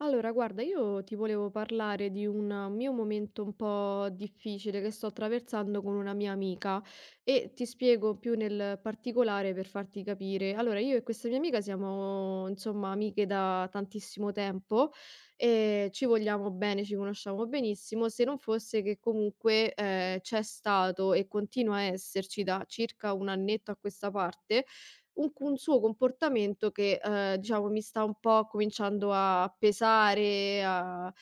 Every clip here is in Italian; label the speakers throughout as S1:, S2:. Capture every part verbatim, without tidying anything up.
S1: Allora, guarda, io ti volevo parlare di un mio momento un po' difficile che sto attraversando con una mia amica e ti spiego più nel particolare per farti capire. Allora, io e questa mia amica siamo, insomma, amiche da tantissimo tempo e ci vogliamo bene, ci conosciamo benissimo, se non fosse che comunque eh, c'è stato e continua a esserci da circa un annetto a questa parte un cu un suo comportamento che, ehm, diciamo mi sta un po' cominciando a pesare, a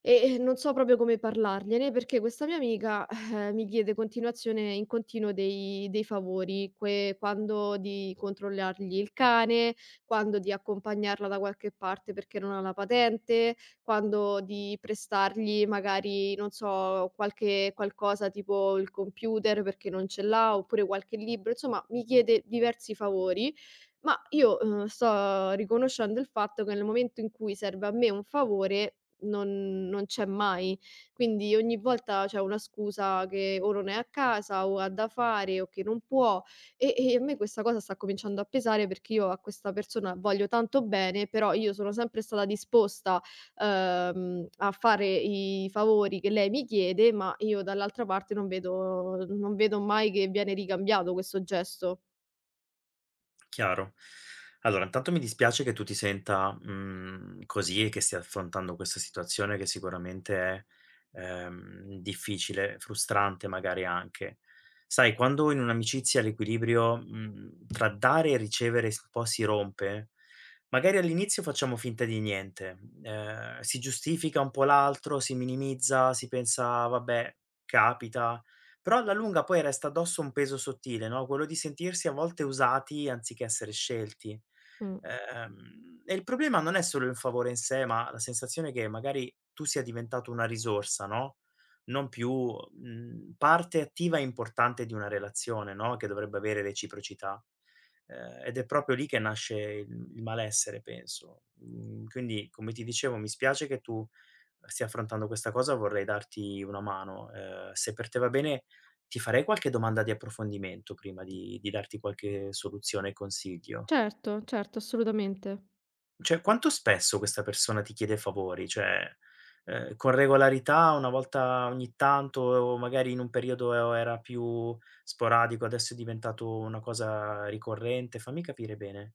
S1: e, ehm, non so proprio come parlargliene perché questa mia amica, eh, mi chiede continuazione in continuo dei dei favori, que quando di controllargli il cane, quando di accompagnarla da qualche parte perché non ha la patente, quando di prestargli magari, non so, qualche qualcosa tipo il computer perché non ce l'ha, oppure qualche libro, insomma mi chiede diversi favori, ma io, uhm, sto riconoscendo il fatto che nel momento in cui serve a me un favore non non c'è mai. Quindi ogni volta c'è una scusa che o non è a casa o ha da fare o che non può e e a me questa cosa sta cominciando a pesare perché io a questa persona voglio tanto bene, però io sono sempre stata disposta, uhm, a fare i favori che lei mi chiede, ma io dall'altra parte non vedo non vedo mai che viene ricambiato questo gesto.
S2: Chiaro. Allora, intanto mi dispiace che tu ti senta, mhmm, così e che stia affrontando questa situazione che sicuramente è, ehm, difficile, frustrante magari anche. Sai, quando in un'amicizia l'equilibrio, mhmm, tra dare e ricevere s un po' si rompe, magari all'inizio facciamo finta di niente, ehm, si giustifica un po' l'altro, si minimizza, si pensa: "Vabbè, capita." Però alla lunga poi resta addosso un peso sottile, no, quello di sentirsi a volte usati anziché essere scelti.
S1: Mh.
S2: Ehm, e il problema non è solo il favore in sé, ma la sensazione che magari tu sia diventato una risorsa, no, non più, mhmm, parte attiva e importante di una relazione, no, che dovrebbe avere reciprocità. Ehm, ed è proprio lì che nasce il il malessere penso. Mhmm, quindi come ti dicevo mi spiace che tu stia affrontando questa cosa. Vorrei darti una mano. Ehm, se per te va bene, ti farei qualche domanda di approfondimento prima di di darti qualche soluzione e consiglio.
S1: Certo, certo, assolutamente.
S2: Cioè, quanto spesso questa persona ti chiede favori? Cioè, ehm, con regolarità, una volta ogni tanto o magari in un periodo era più sporadico, adesso è diventato una cosa ricorrente? Fammi capire bene.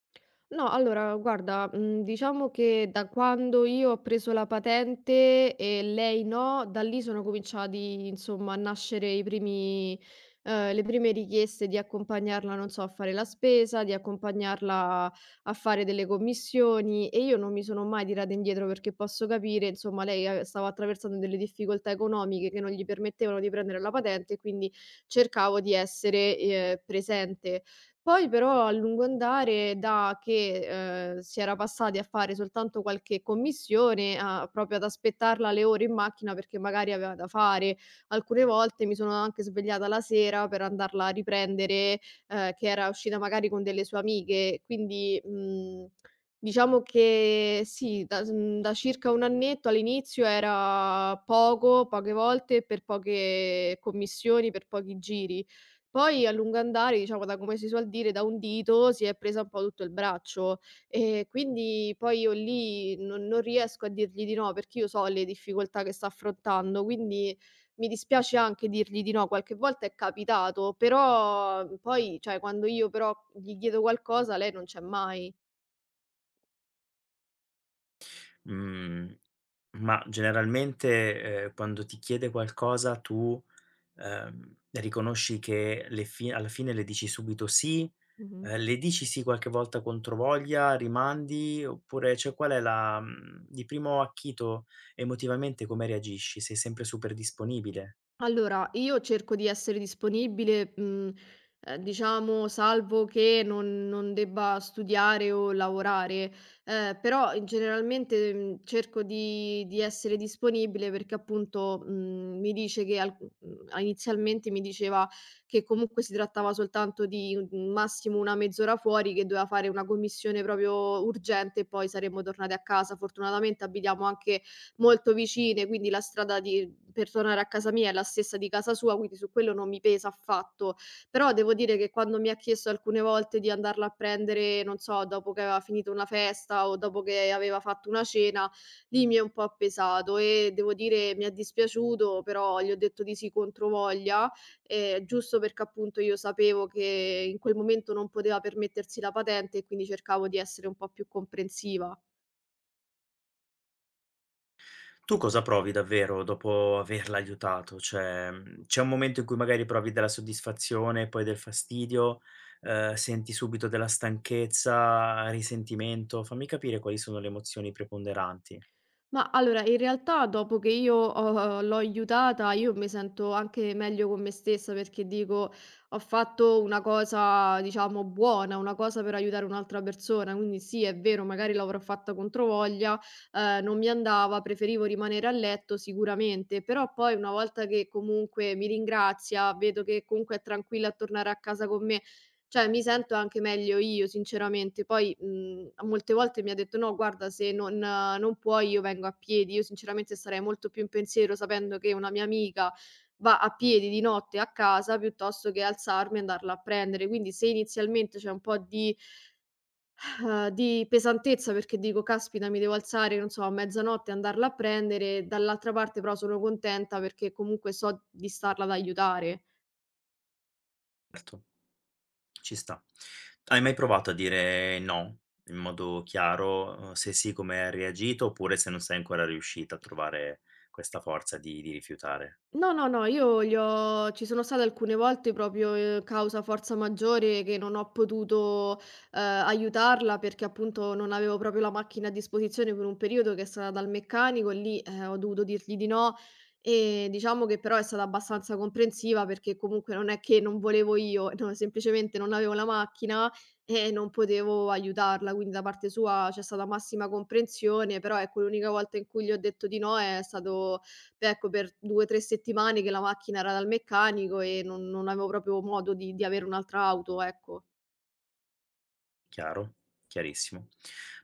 S1: No, allora guarda, mhmm, diciamo che da quando io ho preso la patente e lei no, da lì sono cominciati insomma a nascere i primi ehm, le prime richieste di accompagnarla, non so, a fare la spesa, di accompagnarla a fare delle commissioni e io non mi sono mai tirata indietro perché posso capire, insomma, lei a stava attraversando delle difficoltà economiche che non gli permettevano di prendere la patente, quindi cercavo di essere, ehm, presente. Poi però a lungo andare da che, ehm, si era passati a fare soltanto qualche commissione a proprio ad aspettarla le ore in macchina perché magari aveva da fare. Alcune volte mi sono anche svegliata la sera per andarla a riprendere, ehm, che era uscita magari con delle sue amiche. Quindi, mhmm, diciamo che sì, da s mhmm, da circa un annetto all'inizio era poco, poche volte per poche commissioni, per pochi giri. Poi a lungo andare, diciamo, da come si suol dire, da un dito si è presa un po' tutto il braccio e quindi poi io lì non non riesco a dirgli di no, perché io so le difficoltà che sta affrontando, quindi mi dispiace anche dirgli di no. Qualche volta è capitato, però poi, cioè, quando io però gli chiedo qualcosa lei non c'è mai.
S2: Mhmm, ma generalmente, ehm, quando ti chiede qualcosa tu ehm, riconosci che le fi alla fine le dici subito sì,
S1: Mh-mh.
S2: ehm, le dici sì qualche volta controvoglia, rimandi, oppure cioè qual è la mhmm, di primo acchito emotivamente come reagisci? Sei sempre super disponibile?
S1: Allora, io cerco di essere disponibile, mhmm, ehm, diciamo salvo che non non debba studiare o lavorare, ehm, però in generalmente, mhmm, cerco di di essere disponibile perché appunto, mhmm, mi dice che al mhmm, a inizialmente mi diceva che comunque si trattava soltanto di un massimo una mezz'ora fuori, che doveva fare una commissione proprio urgente e poi saremmo tornati a casa. Fortunatamente abitiamo anche molto vicine, quindi la strada di mhmm, per tornare a casa mia è la stessa di casa sua, quindi su quello non mi pesa affatto. Però devo dire che quando mi ha chiesto alcune volte di andarla a prendere, non so, dopo che aveva finito una festa o dopo che aveva fatto una cena, lì mi è un po' pesato e devo dire mi è dispiaciuto, però gli ho detto di sì controvoglia, ehm, giusto perché appunto io sapevo che in quel momento non poteva permettersi la patente e quindi cercavo di essere un po' più comprensiva.
S2: Tu cosa provi davvero dopo averla aiutato? Cioè, mhmm, c'è un momento in cui magari provi della soddisfazione, poi del fastidio, ehm, senti subito della stanchezza, risentimento? Fammi capire quali sono le emozioni preponderanti.
S1: Ma allora, in realtà dopo che io ho l'ho aiutata, io mi sento anche meglio con me stessa perché dico ho fatto una cosa, diciamo, buona, una cosa per aiutare un'altra persona. Quindi sì, è vero, magari l'avrò fatta controvoglia, eh, non mi andava, preferivo rimanere a letto sicuramente, però poi una volta che comunque mi ringrazia, vedo che comunque è tranquilla a tornare a casa con me, cioè, mi sento anche meglio io sinceramente. Poi, mhmm, molte volte mi ha detto: "No guarda se non non puoi io vengo a piedi." Io sinceramente sarei molto più in pensiero sapendo che una mia amica va a piedi di notte a casa piuttosto che alzarmi e andarla a prendere. Quindi se inizialmente c'è un po' di eh, di pesantezza perché dico: "Caspita mi devo alzare, non so, a mezzanotte e andarla a prendere." Dall'altra parte però sono contenta perché comunque so di starla ad aiutare.
S2: Certo. Ci sta. Hai mai provato a dire no in modo chiaro? Uhm, se sì, come hai reagito? Oppure se non sei ancora riuscita a trovare questa forza di di rifiutare?
S1: No, no, no, io li ho ci sono state alcune volte proprio, ehm, causa forza maggiore che non ho potuto, ehm, aiutarla perché appunto non avevo proprio la macchina a disposizione per un periodo che è stata dal meccanico e lì, ehm, ho dovuto dirgli di no e diciamo che però è stata abbastanza comprensiva perché comunque non è che non volevo io, no, semplicemente non avevo la macchina e non potevo aiutarla, quindi da parte sua c'è stata massima comprensione, però ecco l'unica volta in cui gli ho detto di no è stato ecco, per due, tre settimane che la macchina era dal meccanico e non non avevo proprio modo di di avere un'altra auto, ecco.
S2: Chiaro, chiarissimo.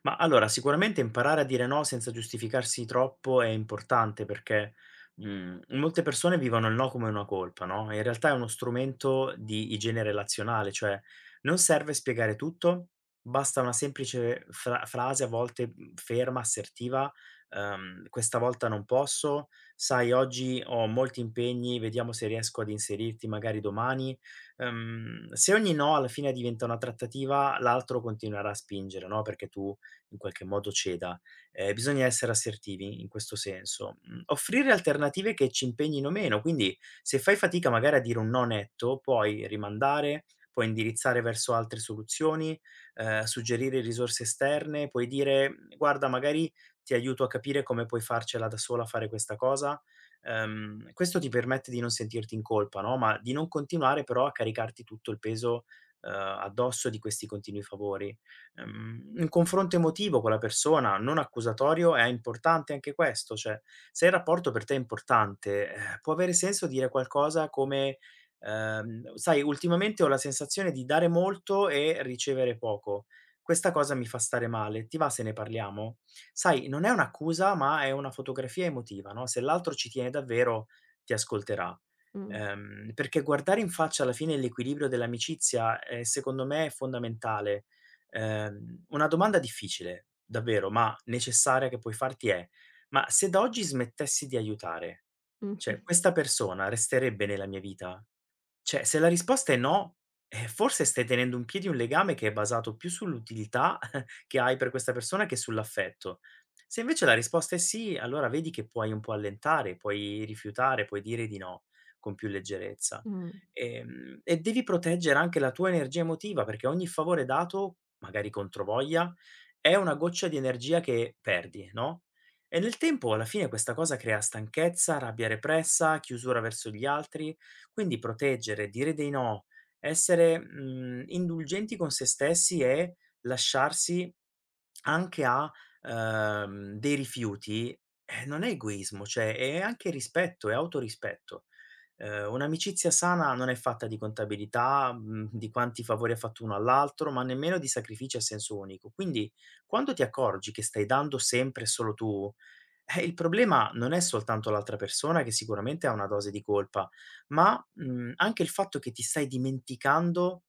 S2: Ma allora sicuramente imparare a dire no senza giustificarsi troppo è importante perché, mhmm, molte persone vivono il no come una colpa, no, e in realtà è uno strumento di igiene relazionale, cioè non serve spiegare tutto, basta una semplice fra frase a volte, mhmm, ferma, assertiva, ehm: "Questa volta non posso", "Sai oggi ho molti impegni, vediamo se riesco ad inserirti magari domani". Ehm, se ogni no alla fine diventa una trattativa, l'altro continuerà a spingere, no, perché tu in qualche modo ceda. Ehm, bisogna essere assertivi in questo senso. Mhmm, offrire alternative che ci impegnino meno, quindi se fai fatica magari a dire un no netto, puoi rimandare, puoi indirizzare verso altre soluzioni, ehm, suggerire risorse esterne, puoi dire: "Guarda, magari ti aiuto a capire come puoi farcela da sola a fare questa cosa." Ehm, questo ti permette di non sentirti in colpa, no, ma di non continuare però a caricarti tutto il peso, ehm, addosso di questi continui favori. Ehm, un confronto emotivo con la persona, non accusatorio, è importante anche questo, cioè se il rapporto per te è importante, eh, può avere senso dire qualcosa come, ehm: "Sai, ultimamente ho la sensazione di dare molto e ricevere poco. Questa cosa mi fa stare male. Ti va se ne parliamo?" Sai, non è un'accusa, ma è una fotografia emotiva, no, se l'altro ci tiene davvero ti ascolterà.
S1: Mh.
S2: Ehm, perché guardare in faccia alla fine l'equilibrio dell'amicizia è secondo me è fondamentale. Ehm, una domanda difficile, davvero, ma necessaria che puoi farti è: "Ma se da oggi smettessi di aiutare,
S1: Mh,
S2: cioè
S1: mh,
S2: questa persona resterebbe nella mia vita?" Cioè, se la risposta è no, eh, forse stai tenendo in piedi un legame che è basato più sull'utilità che hai per questa persona che sull'affetto. Se invece la risposta è sì, allora vedi che puoi un po' allentare, puoi rifiutare, puoi dire di no con più leggerezza. Ehm, e devi proteggere anche la tua energia emotiva, perché ogni favore dato, magari controvoglia, è una goccia di energia che perdi, no? E nel tempo, alla fine, questa cosa crea stanchezza, rabbia repressa, chiusura verso gli altri. Quindi proteggere, dire dei no, essere, mhmm, indulgenti con se stessi e lasciarsi anche a, ehm, dei rifiuti, eh, non è egoismo, cioè è anche rispetto, è autorispetto. Ehm, un'amicizia sana non è fatta di contabilità, mhmm, di quanti favori ha fatto uno all'altro, ma nemmeno di sacrifici a senso unico. Quindi, quando ti accorgi che stai dando sempre e solo tu, eh, il problema non è soltanto l'altra persona che sicuramente ha una dose di colpa, ma, mhmm, anche il fatto che ti stai dimenticando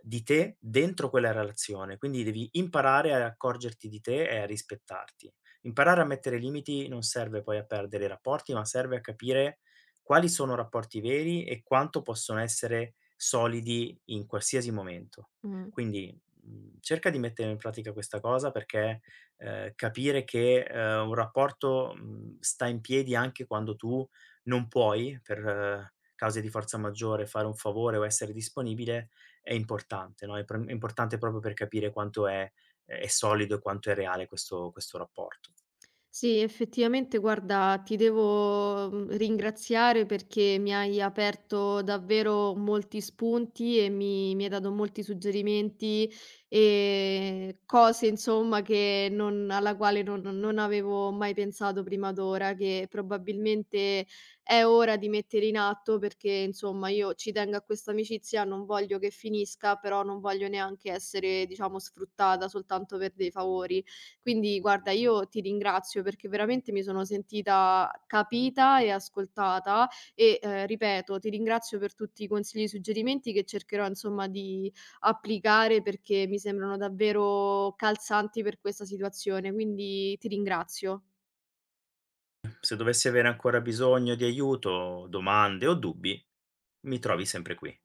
S2: di te dentro quella relazione. Quindi devi imparare ad accorgerti di te e a rispettarti. Imparare a mettere limiti non serve poi a perdere i rapporti, ma serve a capire quali sono rapporti veri e quanto possono essere solidi in qualsiasi momento.
S1: mh, mh.
S2: Quindi, mhmm, cerca di mettere in pratica questa cosa perché, ehm, capire che, ehm, un rapporto, mhmm, sta in piedi anche quando tu non puoi, per eh, cause di forza maggiore, fare un favore o essere disponibile è importante, no, è pr è importante proprio per capire quanto è è solido e quanto è reale questo questo rapporto.
S1: Sì, effettivamente, guarda, ti devo, mhmm, ringraziare perché mi hai aperto davvero molti spunti e mi mi hai dato molti suggerimenti e cose, insomma, che non alla quale non non avevo mai pensato prima d'ora, che probabilmente è ora di mettere in atto perché, insomma, io ci tengo a questa amicizia, non voglio che finisca, però non voglio neanche essere, diciamo, sfruttata soltanto per dei favori. Quindi guarda, io ti ringrazio perché veramente mi sono sentita capita e ascoltata e, ehm, ripeto, ti ringrazio per tutti i consigli e suggerimenti che cercherò insomma di applicare perché mi sembrano davvero calzanti per questa situazione, quindi ti ringrazio.
S2: Se dovessi avere ancora bisogno di aiuto, domande o dubbi, mi trovi sempre qui.